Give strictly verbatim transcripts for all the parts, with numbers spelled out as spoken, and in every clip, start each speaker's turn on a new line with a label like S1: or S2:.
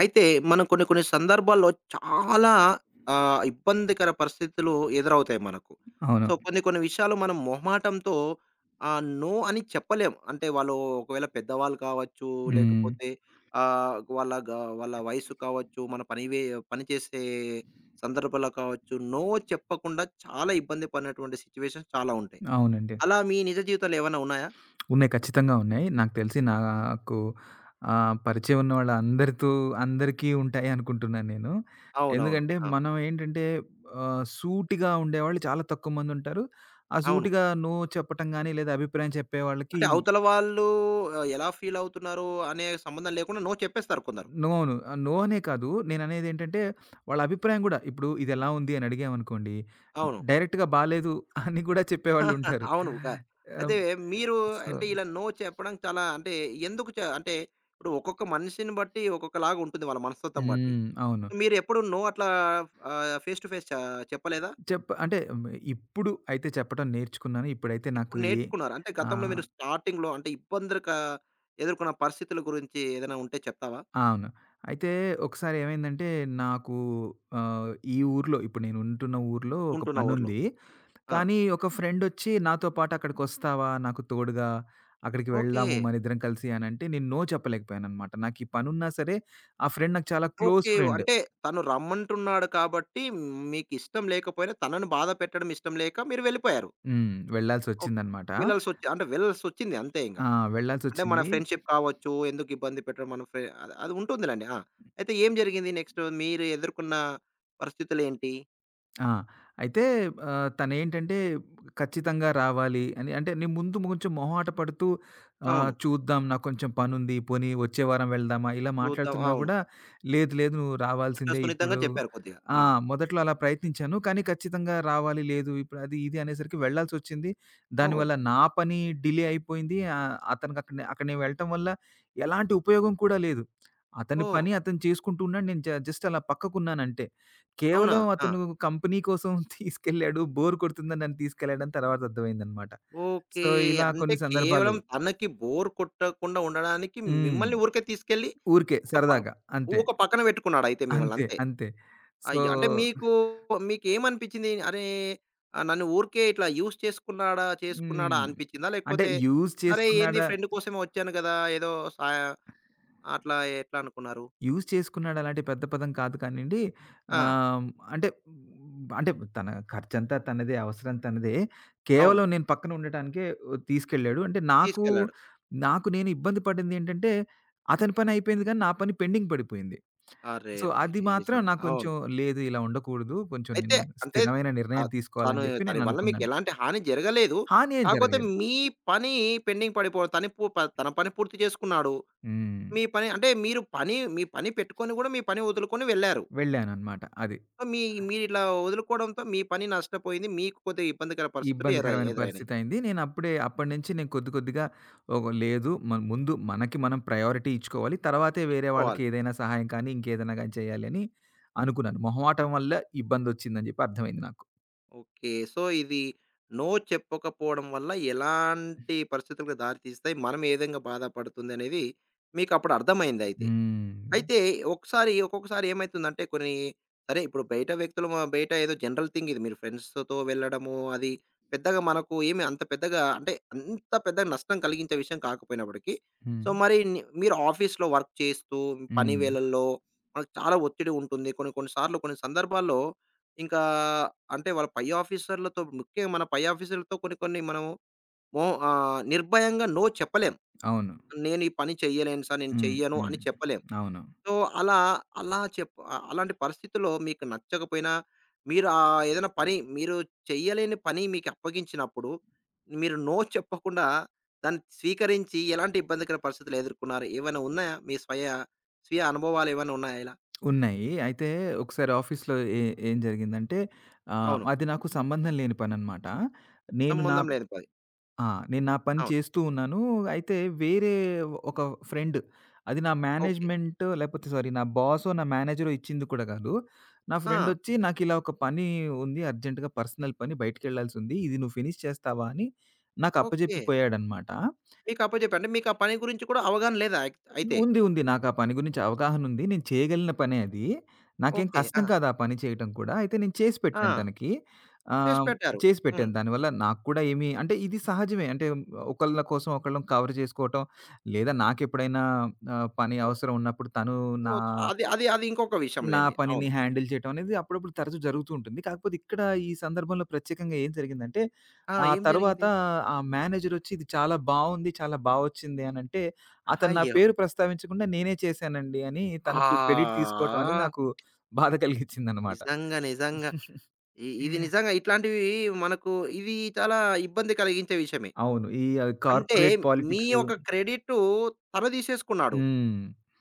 S1: అయితే మనం కొన్ని కొన్ని సందర్భాల్లో చాలా ఆహ్, ఇబ్బందికర పరిస్థితులు ఎదురవుతాయి మనకు. సో,
S2: అవును.
S1: కొన్ని కొన్ని విషయాలు మనం మొహమాటంతో ఆహ్, నో అని చెప్పలేం. అంటే వాళ్ళు ఒకవేళ పెద్దవాళ్ళు కావచ్చు,
S2: హ్మ్.
S1: లేకపోతే ఆహ్, వాళ్ళ గ వాళ్ళ వయసు కావచ్చు, మన పని వే పని చేసే సందర్భాల్లో కావచ్చు, నో చెప్పకుండా చాలా ఇబ్బంది పడినటువంటి సిట్యుయేషన్స్ చాలా ఉంటాయి.
S2: అవునండి.
S1: అలా మీ నిజ జీవితంలో ఏమైనా ఉన్నాయా?
S2: ఉన్నాయి. ఖచ్చితంగా ఉన్నాయి. నాకు తెలిసి నాకు ఆహ్, పరిచయం ఉన్న వాళ్ళందరితో అందరికీ ఉంటాయి అనుకుంటున్నాను నేను.
S1: అవునవును.
S2: ఎందుకంటే
S1: ఆ!
S2: మనం ఏంటంటే ఆహ్, సూటిగా ఉండేవాళ్ళు చాలా తక్కువ మందుంటారు. ఆ
S1: అవును.
S2: సూటిగా నో చెప్పటం గాని, లేదా అభిప్రాయం చెప్పేవాళ్ళకి
S1: అంటే అవతల వాళ్ళు ఆహ్, ఎలా ఫీల్ అవుతున్నారు అనే సంబంధం లేకుండా నో చెప్పేస్తారు కొందరు.
S2: నోను ఆహ్, నో అనే కాదు. నేననేదేంటంటే వాళ్ళ అభిప్రాయం గూడా ఇప్పుడు ఇదెలా ఉంది అని అడిగామనుకోండి,
S1: అవును.
S2: డైరెక్ట్‌గా బాలేదు అని గూడా చెప్పేవాళ్ళుంటారు.
S1: అవును. క
S2: ఆహ్,
S1: అయితే మీరు
S2: సో
S1: అంటే ఇలా నో చెప్పడం చాలా అంటే ఎందుకు చ అంటే ఇప్పుడు ఒక్కొక్క మనిషిని బట్టి ఒక్కొక్కలాగా ఉంటుంది వాళ్ళ మనస్తత్వం బట్టి.
S2: హ్మ్. అవును.
S1: మీరు ఎప్పుడు నో అట్లా ఆహ్, ఫేస్ టు ఫేస్ చ చెప్పలేదా?
S2: చెప్ప అంటే హ్మ్, ఇప్పుడు అయితే చెప్పటం నేర్చుకున్నాను. ఇప్పుడైతే
S1: ఇప్పుడు
S2: నాకు ఏ
S1: నేర్చుకున్నారు. అంటే గతంలో
S2: ఆహ్,
S1: మీరు స్టార్టింగ్‌లో అంటే ఇబ్బందులు క ఎదుర్కొన్న పరిస్థితుల గురించి ఏదైనా ఉంటే చెప్తావా?
S2: అవును. అయితే ఒకసారి ఏమైందంటే నాకు ఆహ్, ఈ ఊర్లో ఇప్పుడు నేను ఉంటున్న ఊర్లో ఒక
S1: ఉంటున్న ఊర్లో.
S2: పనుంది.
S1: ఆ!
S2: కానీ ఒక ఫ్రెండొచ్చి నాతో పాటు అక్కడికొస్తావా? నాకు తోడుగా అక్కడికి
S1: ఓకే.
S2: వెళ్దాము మనిద్దరం కలిసి అనంటే నేను నో చెప్పలేకపోయాననమాట. నాకు ఈ పనున్నా సరే ఆ ఫ్రెండ్ నాకు చాలా క్లోజ్
S1: ఓకే.
S2: ఫ్రెండ్.
S1: అంటే తను రమ్మంటున్నాడు కాబట్టి మీకిష్టం లేకపోయినా తనను బాధ పెట్టడం ఇష్టం లేక మీరు వెళ్ళిపోయారు.
S2: హ్మ్.
S1: ఓకే.
S2: వెళ్ళాల్సొచ్చిందనమాట.
S1: వెళ్ళాల్సొచ్చి అంటే వెళ్ళాల్సొచ్చింది అంతే ఇంగ.
S2: ఆ!
S1: అంటే మన
S2: వెళ్ళాల్సొచ్చింది.
S1: ఫ్రెండ్‌షిప్ కావచ్చు, ఎందుకు ఇబ్బంది పెట్టడం మన ఫ్రె అది అది ఉంటుందిలెండి. ఆ! అయితే ఏం జరిగింది నెక్స్ట్? మీరు ఎదుర్కొన్న పరిస్థితులేంటి?
S2: ఆ! అయితే ఆహ్, తనేంటంటే ఖచ్చితంగా రావాలి అని అంటే నేను ముందు కొంచెం మొహమాట పడుతూ ఆహ్,
S1: అవును.
S2: చూద్దాం నాకు కొంచెం పనుంది పోనీ వచ్చే వారం వెళ్దామా ఇలా
S1: చూద్దాం.
S2: మాట్లాడుతున్నా
S1: అవును.
S2: గూడా లేదు లేదు నువ్వు
S1: అట్లా
S2: రావాల్సిందే
S1: సున్నితంగా
S2: ఇప్పుడు
S1: చెప్పారు కొద్దిగా.
S2: ఆ!
S1: ఆ!
S2: మొదట్లో అలా ప్రయత్నించాను. కానీ ఖచ్చితంగా రావాలి లేదు ఇప్పుడు అది ఇది అనేసరికి వెళ్ళాల్సొచ్చింది.
S1: అవును.
S2: దానివల్ల నా పని డిలే అయిపోయింది. ఆహ్, అతనికి అక్కడనే అక్కడ నేను వెళ్ళటం వల్ల ఎలాంటి ఉపయోగం కూడా లేదు. అతని
S1: ఓహ్!
S2: పని అతను చేసుకుంటూ ఉన్నాడు. నేను జ జస్ట్ అలా పక్కకున్నానంతే.
S1: అవునా?
S2: కేవలం
S1: ఆ!
S2: అతను కంపెనీ కోసం తీసుకెళ్ళాడు. బోర్ కొడుతుందని నన్ను తీసుకెళ్ళాడని తర్వాత అర్థమైందనమాట.
S1: ఓకే.
S2: సో, ఇలా
S1: అంటే
S2: కొన్ని సందర్భాలు
S1: కేవలం తనకి బోర్ కొట్టకుండా ఉండడానికి
S2: హ్మ్.
S1: మిమ్మల్ని ఊరికే తీసుకెళ్ళి
S2: ఊరికే
S1: ఒక ప
S2: సరదాగా అంతే.
S1: ఒక పక్కన పెట్టుకున్నాడయితే
S2: అంతే.
S1: మిమ్మల్నంతే.
S2: అంతే. సో
S1: అయ్య! అంటే మీకు మీకేమనిపించింది? అరే! ఆహ్, నన్ను ఊరికే ఇట్లా యూజ్ చేసుకున్నాడా, చేసుకున్నాడా
S2: హ్మ్.
S1: అనిపించిందా?
S2: అంటే
S1: లేకపోతే
S2: యూజ్
S1: అరే! ఏంది
S2: చేసుకున్నాడా
S1: ఫ్రెండ్ కోసమే వచ్చాను గదా! ఏదో సాయ అట్లా ఎట్లా అనుకున్నారు?
S2: యూజ్ చేసుకున్నాడు అలాంటి పెద్ద పదం కాదు కానియండి.
S1: ఆ!
S2: ఆహ్, అంటే అంటే తన ఖర్చంతా తనదే, అవసరం తనదే.
S1: అవును.
S2: కేవలం నేను పక్కన ఉండటానికే తీసుకెళ్ళాడు. అంటే నాకు,
S1: తీసుకెళ్ళాడు.
S2: నాకు నేను ఇబ్బంది పడిందేంటంటే, అతని పని అయిపోయింది కానీ నా పని పెండింగ్ పడిపోయింది. సో, అది
S1: అరెరెరే!
S2: మాత్రం
S1: నిజం.
S2: నాకు
S1: అవును.
S2: కొంచెం లేదు ఇలా ఉండకూడదు. కొంచెం
S1: అయితే
S2: నేను
S1: అంటే
S2: స్థిరమైన నిర్ణయం
S1: ఆహ్, తను
S2: తీసుకోవాలని చెప్పి
S1: తన
S2: నేను
S1: వల్ల
S2: అనుకున్నాను.
S1: మీకెలాంటి హాని జరగలేదు.
S2: హాని ఏం
S1: కాకపోతే
S2: జరగలేదు.
S1: మీ పని పెండింగ్ పడిపో తని పు తన పని పూర్తి చేసుకున్నాడు.
S2: హ్మ్.
S1: మీ పని అంటే మీరు పని మీ పని పెట్టుకొని గూడా మీ పని వదులుకొని వెళ్లారు.
S2: వెళ్ళాననమాట. అది.
S1: మీ మీరిట్లా వదులుకోవడంతో మీ పని నష్టపోయింది. మీకు కొద్దిగా ఇబ్బందికర పరిస్థితులు ఎరై
S2: ఇబ్బందికరమైన
S1: ఎదురైనాయి.
S2: పరిస్థితయింది. నేనప్పుడే అప్పటి నుంచి నేను కొద్ది కొద్దిగా ఒక లేదు మ ముందు మనకి మనం ప్రయారిటీ ఇచ్చుకోవాలి. తర్వాతే వేరే వాళ్ళకి
S1: ఇచ్చుకోవాలి.
S2: ఏదైనా సహాయం కానీ, ఇంకేదైనా గాని చేయాలి అని అనుకున్నాను. మొహమాటం వల్ల ఇబ్బందొచ్చిందని చెప్పి అర్థమైంది నాకు.
S1: ఓకే. సో, ఇది నో చెప్పకపోవడం వల్ల ఎలాంటి పరిస్థితులకు దారి తీస్తాయి, మనం ఏ విధంగా బాధపడుతుందనేది మీకప్పుడు అర్థమైందయితే.
S2: హ్మ్.
S1: అయితే ఒకసారి ఒక్కొక్కసారి ఏమైతుందంటే కొన్ని సరే ఇప్పుడు బయట వ్యక్తులు మ బయట ఏదో జనరల్ థింగ్ ఇది. మీరు ఫ్రెండ్స్‌తో వెళ్ళడము అది పెద్దగా మనకు ఏమి అంత పెద్దగా అంటే అంత పెద్ద నష్టం కలిగించే విషయం కాకపోయినప్పటికీ, సో,
S2: హ్మ్.
S1: మరి ని మీరు ఆఫీస్‌లో వర్క్ చేస్తూ మీ పని
S2: హ్మ్.
S1: వేళల్లో మనకు చాలా ఒత్తిడి ఉంటుంది. కొన్ని కొన్ని సార్లు కొన్ని సందర్భాల్లో ఇంకా అంటే వాళ్ళ పై ఆఫీసర్‌లతో ముఖ్యంగా మన పై ఆఫీసర్‌లతో కొన్ని కొన్ని మనము మొ ఆహ్, నిర్భయంగా నో చెప్పలేం.
S2: అవును.
S1: నేను ఈ పని చెయ్యలేను సార్. నేను
S2: హ్మ్.
S1: చెయ్యను
S2: హ్మ్.
S1: అని చెప్పలేం.
S2: అవును.
S1: సో, అలా, అలా చెప్ ఆహ్, అలాంటి పరిస్థితుల్లో మీకు నచ్చకపోయినా, మీరు ఆహ్, ఏదైనా పని మీరు చెయ్యలేని పని మీకు అప్పగించినప్పుడు, మీరు నో చెప్పకుండా దాన్ని స్వీకరించి ఎలాంటి ఇబ్బందికర పరిస్థితులు ఎదుర్కొన్నారు? ఏవైనా ఉన్నాయా? మీ స్వయ స్వీయ అనుభవాలు ఏవైనా ఉన్నాయా ఇలా?
S2: ఉన్నాయి. అయితే ఒకసారి ఆఫీస్‌లో ఏ ఏం జరిగిందంటే ఆహ్,
S1: అవును.
S2: అది నాకు సంబంధం లేని పననమాట. నేను నా
S1: సంబంధం లేని పని.
S2: ఆ! నేను నా పని
S1: అవును.
S2: చేస్తూ ఉన్నాను. అయితే వేరే ఒక ఫ్రెండ్ అది నా
S1: ఓకే.
S2: మేనేజ్మెంట్ లేకపోతే సారీ నా బాసో, నా మేనేజరో ఇచ్చింది కూడా కాదు. నా
S1: ఆ!
S2: ఫ్రెండొచ్చి నాకిలా ఒక పని ఉంది అర్జెంట్‌గా పర్సనల్ పని బయటికెళ్ళాల్సుంది. ఇది నువ్వు ఫినిష్ చేస్తావా అని నాకు
S1: ఓకే.
S2: అప్పజెప్పిపోయాడనమాట.
S1: మీకు అప్పజెప్పి అంటే మీకు ఆ పని గురించి కూడా అవగాహన లేదా అయి అయితే?
S2: ఉంది. ఉంది. నాకా పని గురించి అవగాహనుంది. నేను చేయగలిగిన పనే అది. నాకేం
S1: ఓకే. ఆ!
S2: కష్టం కాదు ఆ పని చేయటం కూడా. అయితే నేను చేసి
S1: ఆ!
S2: పెట్టాను తనకి.
S1: చేసి
S2: ఆహ్,
S1: పెట్టారు.
S2: చేసి
S1: హ్మ్.
S2: పెట్టాను. దానివల్ల నాకు కూడా ఏమి అంటే ఇది సహజమే. అంటే ఒకళ్ళ కోసం ఒకళ్ళం కవర్ చేసుకోవటం, లేదా నాకెప్పుడైనా ఆహ్, పని
S1: ఓ
S2: అవసరం ఉన్నప్పుడు తను నా
S1: ఓహ్! అది అది అది ఇంకొక
S2: నా
S1: విషయంలెండి.
S2: పనిని
S1: అవును.
S2: హ్యాండిల్ చేయటం అనేది అప్పుడప్పుడు తరచూ జరుగుతూ ఉంటుంది. కాకపోతే ఇక్కడ ఈ సందర్భంలో ప్రత్యేకంగా ఏం జరిగిందంటే,
S1: ఆ!
S2: ఆ
S1: ఏం
S2: తరువాత
S1: జరిగింది?
S2: ఆ మేనేజరొచ్చి ఇది చాలా బావుంది, చాలా బావొచ్చింది అనంటే, అతను నా
S1: అయ్యో!
S2: పేరు ప్రస్తావించకుండా నేనే చేశానండి అని
S1: ఆ!
S2: తనకు క్రెడిట్ తీసుకోవటం అనేది
S1: ఆ!
S2: నాకు బాధ కలిగించిందనమాట.
S1: నిజంగా, నిజంగా. ఇ ఇది నిజంగా ఇట్లాంటివి మనకు ఇవి చాలా ఇబ్బంది కలిగించే విషయమే.
S2: అవును. ఈ
S1: అంటే
S2: కార్పొరేట్
S1: మీ
S2: పాలిటిక్సు
S1: యొక్క క్రెడిటు తను తీసేసుకున్నాడు.
S2: హ్మ్.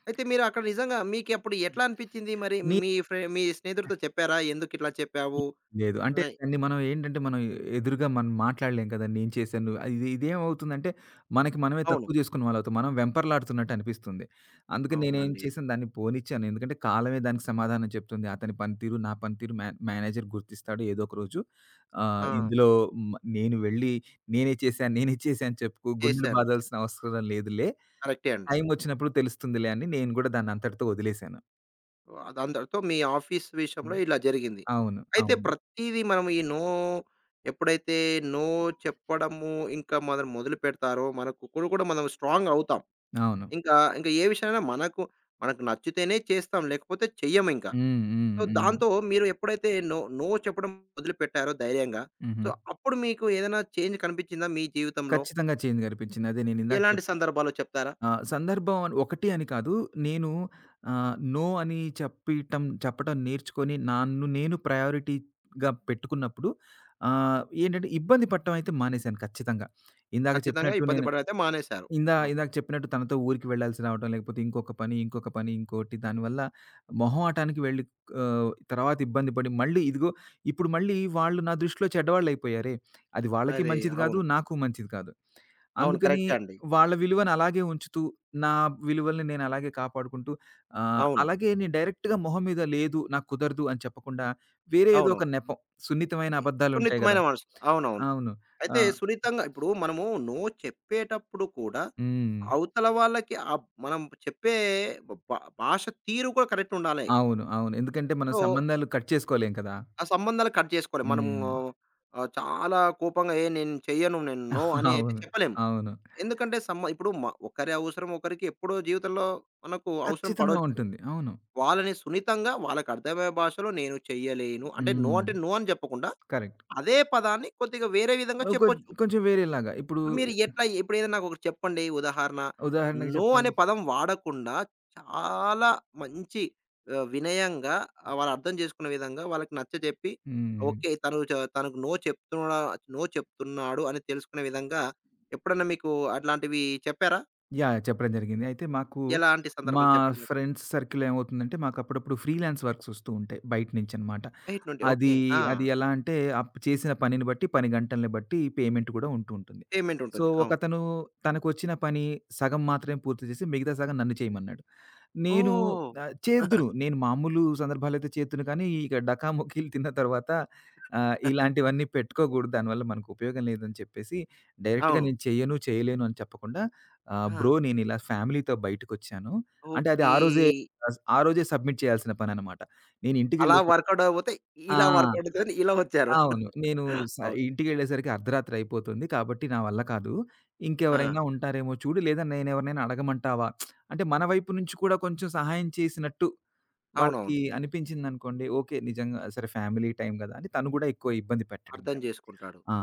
S1: అయితే మీరు అక్కడ నిజంగా మీకప్పుడు ఎట్లా అనిపించింది మరి? మీ ఫ్రె మీ స్నేహితుడితో చెప్పారా? ఎందుకిట్లా చెప్పావు?
S2: లేదు. అంటే
S1: అని
S2: దాన్ని మనం ఏంటంటే మనం ఎదురుగా మనం మాట్లాడలేం కదా! నేను చేశాను. అది ఇది ఇదేమవుతుందంటే మనకి మనమే
S1: అవును.
S2: తక్కువ చేసుకున్న వాళ్ళవుతాం. మనం వెంపర్లాడుతున్నట్టు అనిపిస్తుంది. అందుకని నేనేం
S1: అవునండి.
S2: చేశాను దాన్ని పోనిచ్చాను. ఎందుకంటే కాలమే దానికి సమాధానం చెప్తుంది. అతని పనితీరు, నా పనితీరు మ్యా మేనేజర్ గుర్తిస్తాడు ఏదో ఒక రోజు. ఆహ్,
S1: ఆ!
S2: ఇందులో మ నేను వెళ్ళి నేనే చేశాను, నేనే చేశాను అని చెప్పుకు గుండెలు
S1: చేశాను.
S2: బాధాల్సిన అవసరం లేదులే.
S1: కరెక్టే అండి.
S2: టైం వచ్చినప్పుడు తెలుస్తుందిలే అని నేను గూడా దాన్నంతటితో వదిలేశాను.
S1: ఓహ్! అదందరితో మీ ఆఫీస్ విషయంలో
S2: హ్మ్.
S1: ఇలా జరిగింది.
S2: అవును.
S1: అయితే
S2: అవును.
S1: ప్రతీదీ మనం ఈ నో ఎప్పుడైతే నో చెప్పడము ఇంకా మనం మొదలుపెడతారో మనకు కూడా కూడా మనం స్ట్రాంగ్ అవుతాం.
S2: అవును.
S1: ఇంకా, ఇంకా ఏ విషయమైనా మనకు, మనకు నచ్చితేనే చేస్తాం. లేకపోతే చెయ్యమింక.
S2: హ్మ్. హ్మ్.
S1: సో,
S2: హ్మ్.
S1: దాంతో మీరు ఎప్పుడైతే నో, నో చెప్పడం మొదలుపెట్టారో ధైర్యంగా,
S2: హుహు.
S1: సో, అప్పుడు మీకు ఏదైనా చేంజ్ కనిపించిందా మీ జీవితంలో?
S2: ఖచ్చితంగా చేంజ్ కనిపించింది. అదే నేనిందాక
S1: ఎలాంటి
S2: చెప్
S1: సందర్భాలో చెప్తారా?
S2: ఆహ్, సందర్భం అని ఒకటి అని కాదు. నేను ఆహ్, నో అని చెప్పిటం చెప్పటం నేర్చుకొని నన్ను నేను ప్రయారిటీగా పెట్టుకున్నప్పుడు ఆహ్, ఏంటంటే ఇబ్బంది పడటం అయితే మానేశాను ఖచ్చితంగా. ఇందాక
S1: ఖచ్చితంగా
S2: చెప్పినట్టు
S1: ఇబ్బంది
S2: నేను
S1: పడడమైతే మానేశారు.
S2: ఇందా
S1: అవును.
S2: ఇందాక చెప్పినట్టు తనతో ఊరికి వెళ్ళాల్సి రావటం, లేకపోతే ఇంకొక పని, ఇంకొక పని, ఇంకోటి దానివల్ల మొహమాటానికి వెళ్ళి ఆహ్, తర్వాత ఇబ్బంది పడి మళ్ళీ ఇదిగో ఇప్పుడు మళ్ళీ వాళ్ళు నా దృష్టిలో చెడ్డవాళ్ళయిపోయారే. అది వాళ్ళకి
S1: అరే!
S2: మంచిది గాదు,
S1: అవును.
S2: నాకు మంచిది కాదు.
S1: అవును.
S2: అందుకని
S1: కరెక్టే అండి.
S2: వాళ్ళ విలువను అలాగే ఉంచుతూ, నా విలువల్ని నేను అలాగే కాపాడుకుంటూ ఆహ్,
S1: అవును.
S2: అలాగే నేను డైరెక్ట్‌గా మొహం మీద లేదు, నాకు కుదరదు అని చెప్పకుండా వేరే ఏదో
S1: అవును.
S2: ఒక నెపం, సున్నితమైన అబద్దాలుంటాయి
S1: సున్నితమైన
S2: గదా!
S1: మనసు. అవునవును.
S2: అవును. ఆ!
S1: అయితే సున్నితంగా ఇప్పుడు మనము నో చెప్పేటప్పుడు కూడా
S2: హ్మ్.
S1: అవతల వాళ్ళకి ఆహ్, మనం చెప్పే బ భా భాష తీరు కూడా కరెక్ట్ ఉండాలి.
S2: అవును. అవును. ఎందుకంటే మనం
S1: సో,
S2: సంబంధాలు కట్ చేసుకోలేం కదా!
S1: ఆ సంబంధాలు కట్ చేసుకోలేం. మనము
S2: హ్మ్.
S1: ఆహ్, చాలా కోపంగా "ఏ నేను చెయ్యను. నేను నో" అని అయితే
S2: అవును.
S1: చెప్పలేము.
S2: అవును.
S1: ఎందుకంటే సమ్మ ఇప్పుడు మ ఒకరి అవసరం ఒకరికి ఎప్పుడో జీవితంలో మనకు అవసరం
S2: ఖచ్చితంగా
S1: పడొచ్చు.
S2: ఉంటుంది. అవును.
S1: వాళ్ళని సున్నితంగా వాళ్ళకి అర్థమయ్యే భాషలో నేను చెయ్యలేను. అంటే నో
S2: హ్మ్.
S1: అంటే నో అని చెప్పకుండా
S2: కరెక్ట్.
S1: అదే పదాన్ని కొద్దిగా వేరే విధంగా
S2: కొ
S1: చెప్పొచ్చు.
S2: కొంచెం వేరేలాగా ఇప్పుడు
S1: మీరు ఎట్లా ఇప్పుడేదైనా నాకొకటి చెప్పండి ఉదాహరణ.
S2: ఉదాహరణకి
S1: నో అనే
S2: చెప్పాలి
S1: పదం వాడకుండా చాలా మంచి ఆహ్, వినయంగా ఆహ్, వాళ్ళు అర్థం చేసుకునే విధంగా వాళ్ళకి నచ్చజెప్పి
S2: హ్మ్.
S1: ఓకే. తను చ తనకు నో చెప్తున్నా నో చెప్తున్నాడు అని తెలుసుకునే విధంగా ఎప్పుడన్నా మీకు అట్లాంటివి చెప్పారా?
S2: యాహ్! చెప్పడం జరిగింది. అయితే మాకు
S1: ఎలాంటి
S2: మా
S1: సందర్భాలు చెప్పండి నాకు?
S2: ఫ్రెండ్స్ సర్కిల్‌లో ఏమవుతుందంటే, మాకు అప్పుడప్పుడు ఫ్రీలాన్స్ వర్క్స్ ఒస్తూ ఉంటాయి బయట నుంచనమాట.
S1: ఎయిట్ నుండి ఓకే.
S2: అది,
S1: ఆ!
S2: అది ఎలా అంటే అప్ చేసిన పనిని బట్టి, పని గంటల్ని బట్టి పేమెంట్ కూడా ఉంటూ ఉంటుంది.
S1: పేమెంట్
S2: సో,
S1: ఉంటుంది. అవును.
S2: ఒకతను తనకొచ్చిన పని సగం మాత్రమే పూర్తి చేసి, మిగతా సగం నన్ను చేయమన్నాడు. నేను
S1: ఓహ్!
S2: ఆహ్, చేదును. నేను మామూలు సందర్భాలయితే చేదును కానీ, ఇక డకా ముక్కీలు తిన్న తర్వాత ఆహ్, ఇలాంటివన్నీ పెట్టుకోకూడదు. దానివల్ల మనకు ఉపయోగం లేదని చెప్పేసి, డైరెక్ట్‌గా
S1: అవును.
S2: నేను చెయ్యను, చేయలేను అని చెప్పకుండా ఆహ్,
S1: ఆ!
S2: బ్రో నేనిలా ఫ్యామిలీతో బయటకొచ్చాను. అంటే అది
S1: ఓకే.
S2: ఆ రోజే అస్ ఆ రోజే సబ్మిట్ చేయాల్సిన పననమాట. నేను
S1: అలా
S2: ఇంటికెళ్ళేసరికి
S1: వర్కౌట్ అవ్వకపోతే
S2: ఆ!
S1: ఇలా వర్కౌట్ అవుతదని ఇలా వచ్చారు.
S2: అవును. నేను స
S1: ఓకే.
S2: ఇంటికెళ్ళేసరికి అర్ధరాత్రి అయిపోతుంది. కాబట్టి నా వల్ల కాదు.
S1: ఆ!
S2: ఇంకెవరైనా ఉంటారేమో చూడు, లేదా నేనెవరినైనా అడగమంటావా? అంటే మన వైపు నుంచి కూడా కొంచెం సహాయం చేసినట్టు వాళ్ళకి
S1: అవునవును.
S2: అనిపించిందనుకోండి, ఓకే. నిజంగా సరే ఫ్యామిలీ టైమ్ గదా! అని తను గూడా ఎక్కువ ఇబ్బంది
S1: అర్థం
S2: పెట్టడింకా.
S1: జేసుకుంటాడు.
S2: ఆ!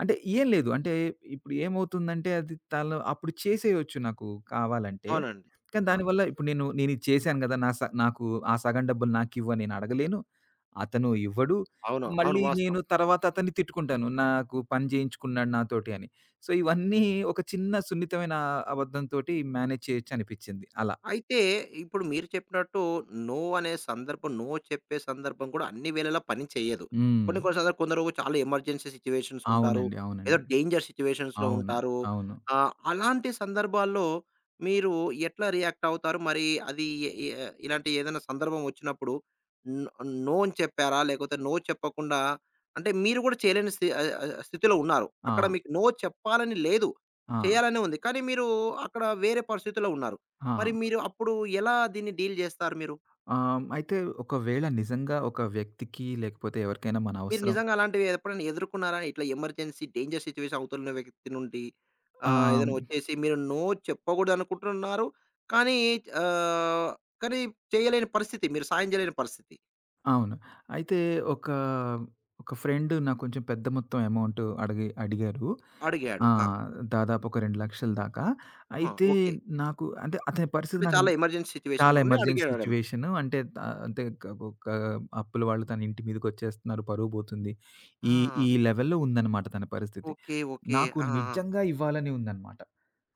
S2: అంటే ఏం లేదు. అంటే ఇప్పుడు ఏమవుతుందంటే అది తను అప్పుడు చేసేయొచ్చు నాకు కావాలంటే.
S1: అవునండి.
S2: కానీ
S1: ఆ!
S2: దానివల్ల ఇప్పుడు నేను నేనిది చేశాను గదా! నా స నాకు ఆ సగం డబ్బులు నాకివ్వు అని నేనడగలేను. అతను ఇవ్వడు.
S1: అవును. అవును.
S2: మళ్ళీ
S1: వాస్తవం.
S2: నేను తర్వాత అతన్ని తిట్టుకుంటాను. నాకు పని చేయించుకున్నాడు నాతోటి అని. సో, ఇవన్నీ ఒక చిన్న సున్నితమైన అబద్ధం తోటి మేనేజ్ చేయొచ్చనిపిచ్చింది అలా.
S1: అయితే ఇప్పుడు మీరు చెప్పినట్టు నో అనే సందర్భం, నో చెప్పే సందర్భం కూడా అన్ని వేళలా పని చేయదు.
S2: హ్మ్.
S1: కొన్ని కొన్ని సార్లు కొందరు చాలా ఎమర్జెన్సీ సిట్యుయేషన్స్ ఉంటారు.
S2: అవునండి.
S1: ఏదో
S2: అవునండి.
S1: డేంజర్ సిట్యుయేషన్స్‌లో
S2: అవును.
S1: ఉంటారు.
S2: అవును.
S1: ఆహ్, అలాంటి సందర్భాల్లో మీరు ఎట్లా రియాక్ట్ అవుతారు? మరి అది ఎ ఎ ఇలాంటి ఏదైనా సందర్భం వచ్చినప్పుడు న్ నో అని చెప్పారా? లేకపోతే నో చెప్పకుండా అంటే మీరు కూడా చేయలేని స్థి ఆహ్, ఆహ్, స్థితిలో ఉన్నారు. అక్కడ
S2: ఆ!
S1: మీకు నో చెప్పాలని లేదు.
S2: ఆ!
S1: చేయాలనే ఉంది. కానీ మీరు అక్కడ వేరే పరిస్థితిలో ఉన్నారు. మరి
S2: ఆ!
S1: మీరు అప్పుడు ఎలా దీన్ని డీల్ జేస్తారు మీరు?
S2: ఆహ్, అయితే ఒకవేళ నిజంగా ఒక వ్యక్తికి లేకపోతే ఎవరికైనా మన
S1: మీరు
S2: అవసరం
S1: నిజంగా అలాంటివి ఎప్పుడైనా ఎదుర్కున్నారా? ఇట్లా ఎమర్జెన్సీ డేంజర్ సిట్యుయేషన్ అవతలున్న వ్యక్తి నుండి
S2: ఆ!
S1: ఆహ్, ఏదైనా వచ్చేసి మీరు నో చెప్పకూడదనుకుంటున్నారు. కానీ ఆహ్, కానీ చేయలేని పరిస్థితి. మీరు సాయం చేయలేని పరిస్థితి.
S2: అవును. అయితే ఒక, ఒక ఫ్రెండ్ నాకు కొంచెం పెద్ద మొత్తం అమౌంట్ అడిగి అడిగారు.
S1: అడిగాడు.
S2: ఆ!
S1: ఆ!
S2: దాదాపు ఒక రెండు లక్షల దాకా.
S1: ఆ!
S2: అయితే
S1: ఓకే.
S2: నాకు అంటే అతని పరిస్థితి
S1: అంటే
S2: నాకు
S1: చాలా ఎమర్జెన్సీ సిట్యుయేషన్
S2: చాలా
S1: నుండి
S2: ఎమర్జెన్సీ
S1: అడిగాడేమో.
S2: సిట్యుయేషను. అంటే ఆహ్, అంటే క ఒక అప్పుల వాళ్ళు తన ఇంటి మీదకొచ్చేస్తున్నారు, పరువు పోతుంది.
S1: ఆ!
S2: ఈ ఈ లెవెల్‌లో ఉందన్నమాట తన పరిస్థితి.
S1: ఓకే. ఓకే.
S2: నాకు
S1: ఆ! ఆ!
S2: నిజంగా ఇవ్వాలని ఉందన్నమాట.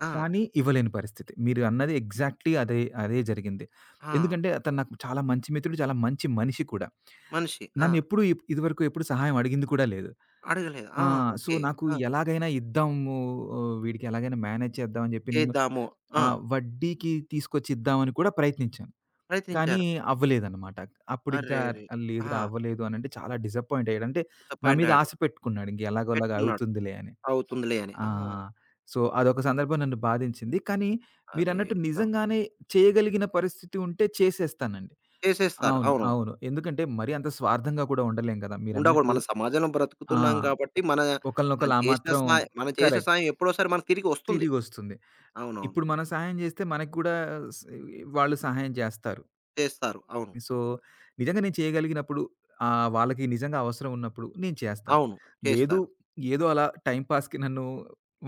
S1: ఆ!
S2: కానీ ఇవ్వలేని పరిస్థితి. మీరు అన్నది ఎగ్జాక్ట్‌లీ అదే, అదే జరిగింది.
S1: ఆ!
S2: ఎందుకంటే అతను నాకు చాలా మంచి మిత్రుడు, చాలా మంచి మనిషి కూడా.
S1: మనిషి. ఆ!
S2: నన్నెప్పుడు ఇప్ ఇదివరకు ఎప్పుడు సహాయం అడిగింది కూడా లేదు.
S1: అడగలేదు. ఆ!
S2: ఆ! So,
S1: okay.
S2: నాకు
S1: ఆ!
S2: ఎలాగైనా ఇద్దాము ఆహ్, వీడికి ఎలాగైనా మేనేజ్ చేద్దాం అని చెప్పి నేను
S1: చేద్దాము. ఆ!
S2: ఆహ్, వడ్డీకి తీసుకొచ్చి ఇద్దామని కూడా ప్రయత్నించాను. కానీ
S1: ప్రయత్నించారు.
S2: అవ్వలేదనమాట. అప్పుడింకా
S1: అరెరే! ఆ!
S2: లేదురా అవ్వలేదు అనంటే చాలా డిసప్పాయింట్ అయ్యాడు. అంటే నా
S1: డిసప్పాయింట్
S2: మీద
S1: అయ్యాడు.
S2: ఆశ పెట్టుకున్నాడు. ఇంక ఎలాగోలాగా
S1: పెట్టుకున్నాడు.
S2: అవుతుందిలే అని.
S1: అవుతుందిలే అని.
S2: ఆ!
S1: ఆ!
S2: సో, అదొక సందర్భం నన్ను బాధించింది. కానీ
S1: అరే!
S2: మీరన్నట్టు
S1: ఆ!
S2: నిజంగానే చేయగలిగిన పరిస్థితి ఉంటే చేసేస్తానండి.
S1: చేసేస్తారు.
S2: అవును.
S1: అవును.
S2: అవును. ఎందుకంటే మరీ అంత స్వార్థంగా కూడా ఉండలేం కదా!
S1: ఉండకూడదు.
S2: మీరన్నట్టు
S1: మన సమాజంలో
S2: ఆ!
S1: బ్రతుకుతున్నాం కాబట్టి మన మనం
S2: ఒకళ్ళనొకళ్ళు ఆ
S1: చేసిన
S2: మాత్రం
S1: సాయం మనం చేసిన
S2: కరెక్ట్.
S1: సాయం ఎప్పుడోసారి మనకు తిరిగి వస్తుంది.
S2: తిరిగొస్తుంది.
S1: అవునవును.
S2: ఇప్పుడు మనం సహాయం జేస్తే మనకు గూడా స్ వాళ్ళు సహాయం జేస్తారు.
S1: చేస్తారు. అవును.
S2: సో, నిజంగా నేను చేయగలిగినప్పుడు ఆహ్, వాళ్ళకి నిజంగా అవసరం ఉన్నప్పుడు నేను చేస్తాను.
S1: అవును.
S2: లేదు
S1: చేస్తారు.
S2: ఏదో అలా టైమ్ పాస్‌కి నన్ను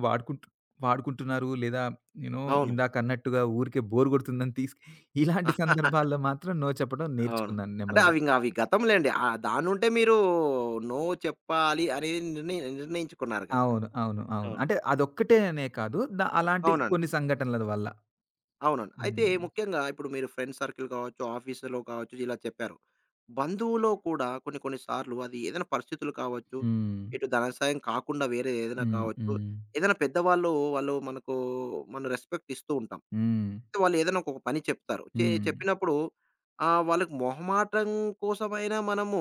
S2: వాడుకుంటు వాడుకుంటున్నారు లేదా యూ నో
S1: అవును.
S2: ఇందాక అన్నట్టుగా ఊరికే బోర్ కొడుతుందని తీస్ ఇలాంటి సందర్భాల్లో మాత్రం నో చెప్పడం
S1: అవును.
S2: నేర్చుకున్నాను
S1: అంటే
S2: నెమ్మదిగా.
S1: అవి ఇంగ అవి గతం లెండి. ఆ దాన్నుంటే మీరు నో చెప్పాలి అనేది నిర్ణయి నిర్ణయించుకున్నారు కదా!
S2: అవును. అవును. అవును.
S1: అవును.
S2: అంటే అదొక్కటే అనే కాదు. ద అలాంటి
S1: అవునండి.
S2: కొన్ని సంఘటనల వల్ల.
S1: అవునండి. అయితే
S2: హ్మ్.
S1: ముఖ్యంగా ఇప్పుడు మీరు ఫ్రెండ్స్ సర్కిల్ కావచ్చు, ఆఫీస్‌లో కావచ్చు ఇలా చెప్పారు. బంధువులో కూడా కొన్ని కొన్ని సార్లు అది ఏదైనా పరిస్థితులు కావచ్చు,
S2: హ్మ్.
S1: ఇటు ధన సాయం కాకుండా వేరే ఏదైనా
S2: హ్మ్.
S1: కావచ్చు,
S2: హ్మ్.
S1: ఏదైనా పెద్దవాళ్ళు వాళ్ళు మనకు మన రెస్పెక్ట్ ఇస్తూ ఉంటాం.
S2: హ్మ్.
S1: వాళ్ళేదైనా ఒక పని చెప్తారు. చె
S2: హ్మ్.
S1: చెప్పినప్పుడు ఆహ్, వాళ్ళకి మొహమాటం కోసమైనా మనము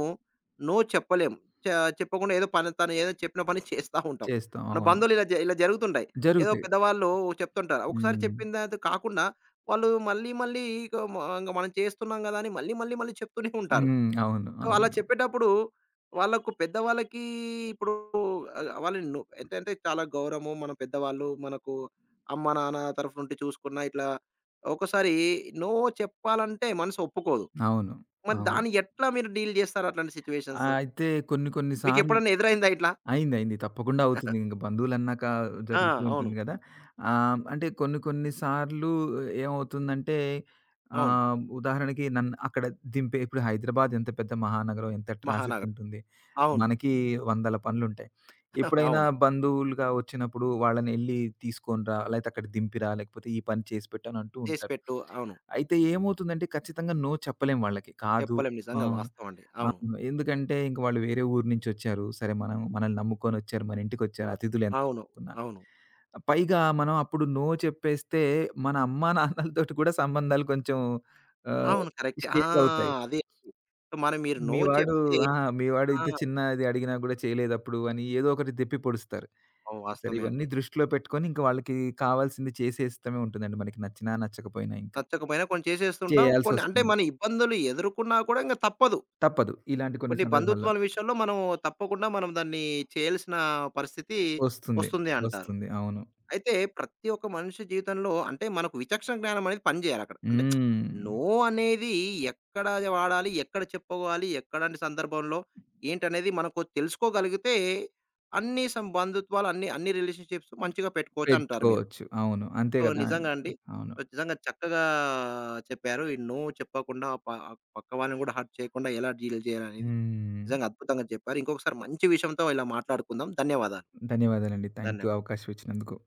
S1: నో చెప్పలేం. చ చెప్పకుండా ఏదో పని తను ఏదో చెప్పిన పని చేస్తా ఉంటాం.
S2: చేస్తాం.
S1: మన
S2: అవును.
S1: బంధువులు ఇలా జ ఇలా జరుగుతుంటాయి. ఏదో
S2: జరుగుతాయి.
S1: పెద్దవాళ్ళు చెప్తుంటారు. ఒకసారి
S2: హ్మ్.
S1: చెప్పిన అది కాకుండా వాళ్ళు మళ్ళీ మళ్ళీ ఇక మ ఇంక మనం చేస్తున్నాం గదా! అని మళ్ళీ మళ్ళీ మళ్ళీ చెప్తూనే ఉంటారు.
S2: హ్మ్. అవును.
S1: సో, అలా
S2: అవును.
S1: చెప్పేటప్పుడు వాళ్ళకు పెద్దవాళ్ళకి ఇప్పుడు ఆహ్, వాళ్ళని ను ఎంత అంటే చాలా గౌరవము. మన పెద్దవాళ్ళు మనకు అమ్మ, నాన్న తరఫు నుండి చూసుకున్నా ఇట్లా ఒక్కోసారి నో చెప్పాలంటే మనసు ఒప్పుకోదు.
S2: అవును.
S1: మరి
S2: అవును.
S1: దాన్ని ఎట్లా మీరు డీల్ జేస్తారు అట్లాంటి సిట్యుయేషన్స్?
S2: ఆహ్, అయితే కొన్ని కొన్ని సార్లు
S1: మీకెప్పుడన్నా ఎదురైందా ఇట్లా?
S2: అయిందయింది. తప్పకుండా అవుతుంది. ఇంక బంధువులన్నాక
S1: ఆ!
S2: జరుగుతూ
S1: అవును.
S2: ఉంటుంది గదా! ఆహ్, అంటే కొన్ని కొన్ని సార్లు ఏమవుతుందంటే
S1: అవును.
S2: ఆహ్, ఉదాహరణకి నన్ను అక్కడ దింపే ఇప్పుడు హైదరాబాద్ ఎంత పెద్ద మహానగరం, ఎంత
S1: మహానగరం.
S2: ట్రాఫికుంటుంది.
S1: అవును.
S2: మనకి వందల పనులుంటాయి. ఎప్పుడైనా
S1: అవును.
S2: బంధువులుగా వచ్చినప్పుడు వాళ్ళని ఎళ్లి తీసుకొని రా, లేతే అక్కడ దింపిరా, లేకపోతే ఈ పని చేసి పెట్టు అనంటూ
S1: చేసి
S2: ఉంటారు.
S1: పెట్టు. అవును.
S2: అయితే ఏమవుతుందంటే ఖచ్చితంగా నో చెప్పలేం వాళ్ళకి. కాదు
S1: చెప్పలేం నిజంగా
S2: అవును.
S1: వాస్తవం అండి. అవును.
S2: అవును. ఎందుకంటే ఇంక వాళ్ళు వేరే ఊరు నుంచొచ్చారు. సరే మనం మనల్ని నమ్ముకొనొచ్చారు. మన ఇంటికొచ్చారు అతిథులు ఎంత
S1: అవును.
S2: అనుకున్నా.
S1: అవును.
S2: పైగా మనం అప్పుడు నో చెప్పేస్తే మన అమ్మా నాన్నలతోటి కూడా సంబంధాలు కొంచెం ఆహ్,
S1: అవును. కరెక్టే. ఆ!
S2: షేక్ అవుతాయి.
S1: అది. మరి మీరు నో
S2: మీ వాడు
S1: చెప్తే
S2: ఆ! మీ వాడు
S1: ఆ!
S2: ఇంత చిన్నది అడిగినా కూడా చేయలేదప్పుడు అని ఏదో ఒకటి దెప్పి పొడుస్తారు.
S1: అవును,
S2: సరే
S1: వాస్తవమే
S2: ఇవన్నీ
S1: అండి.
S2: దృష్టిలో పెట్టుకొని ఇంక వాళ్ళకి కావాల్సింది చేసేస్తమే ఉంటుందండి. మనకి నచ్చినా నచ్చకపోయినా ఇంకా.
S1: నచ్చకపోయినా కొన్ని చేసేస్తుంటాం. కొన్ని అంటే
S2: చేయాల్సొస్తుంది.
S1: మన ఇబ్బందులు ఎదుర్కొన్నా కూడా ఇంక తప్పదు.
S2: తప్పదు. ఇలాంటి కొన్ని
S1: కొన్ని
S2: సందర్భాల్లో.
S1: బంధుత్వాల విషయంలో మనం తప్పకుండా మనం దాన్ని చేయాల్సిన పరిస్థితి
S2: వస్తుంది.
S1: వస్తుంది అంటారు.
S2: వస్తుంది. అవును.
S1: అయితే ప్రతి ఒక్క మనిషి జీవితంలో అంటే మనకు విచక్షణ జ్ఞానం అనేది పనిచేయాలక్కడ. అంటే
S2: హ్మ్.
S1: నో అనేది ఎక్కడ వాడాలి? ఎక్కడ చెప్పుకోవాలి? ఎక్కడంటి సందర్భంలో? ఏంటనేది మనకు తెలుసుకోగలిగితే అన్ని సం బంధుత్వాలు అన్ని, అన్ని రిలేషన్‌షిప్స్ మంచిగా పెట్టుకోవచ్చు అంటారు మీరు.
S2: పెంచుకోవచ్చు. అవును. అంతే
S1: సో,
S2: కదా!
S1: నిజంగా అండి.
S2: అవును.
S1: సో, నిజంగా చక్కగా చెప్పారు. ఈ నో చెప్పకుండా ఆ ప ఆ పక్క వాళ్ళని కూడా హర్ట్ చేయకుండా ఎలా డీల్ చేయాలనేది.
S2: హ్మ్.
S1: నిజంగా అద్భుతంగా చెప్పారు. ఇంకొకసారి మంచి విషయంతో ఇలా మాట్లాడుకుందాం. ధన్యవాదాలు.
S2: ధన్యవాదాలండి. థాంక్ యూ
S1: ధన్యవాదాలు.
S2: అవకాశం ఇచ్చినందుకు.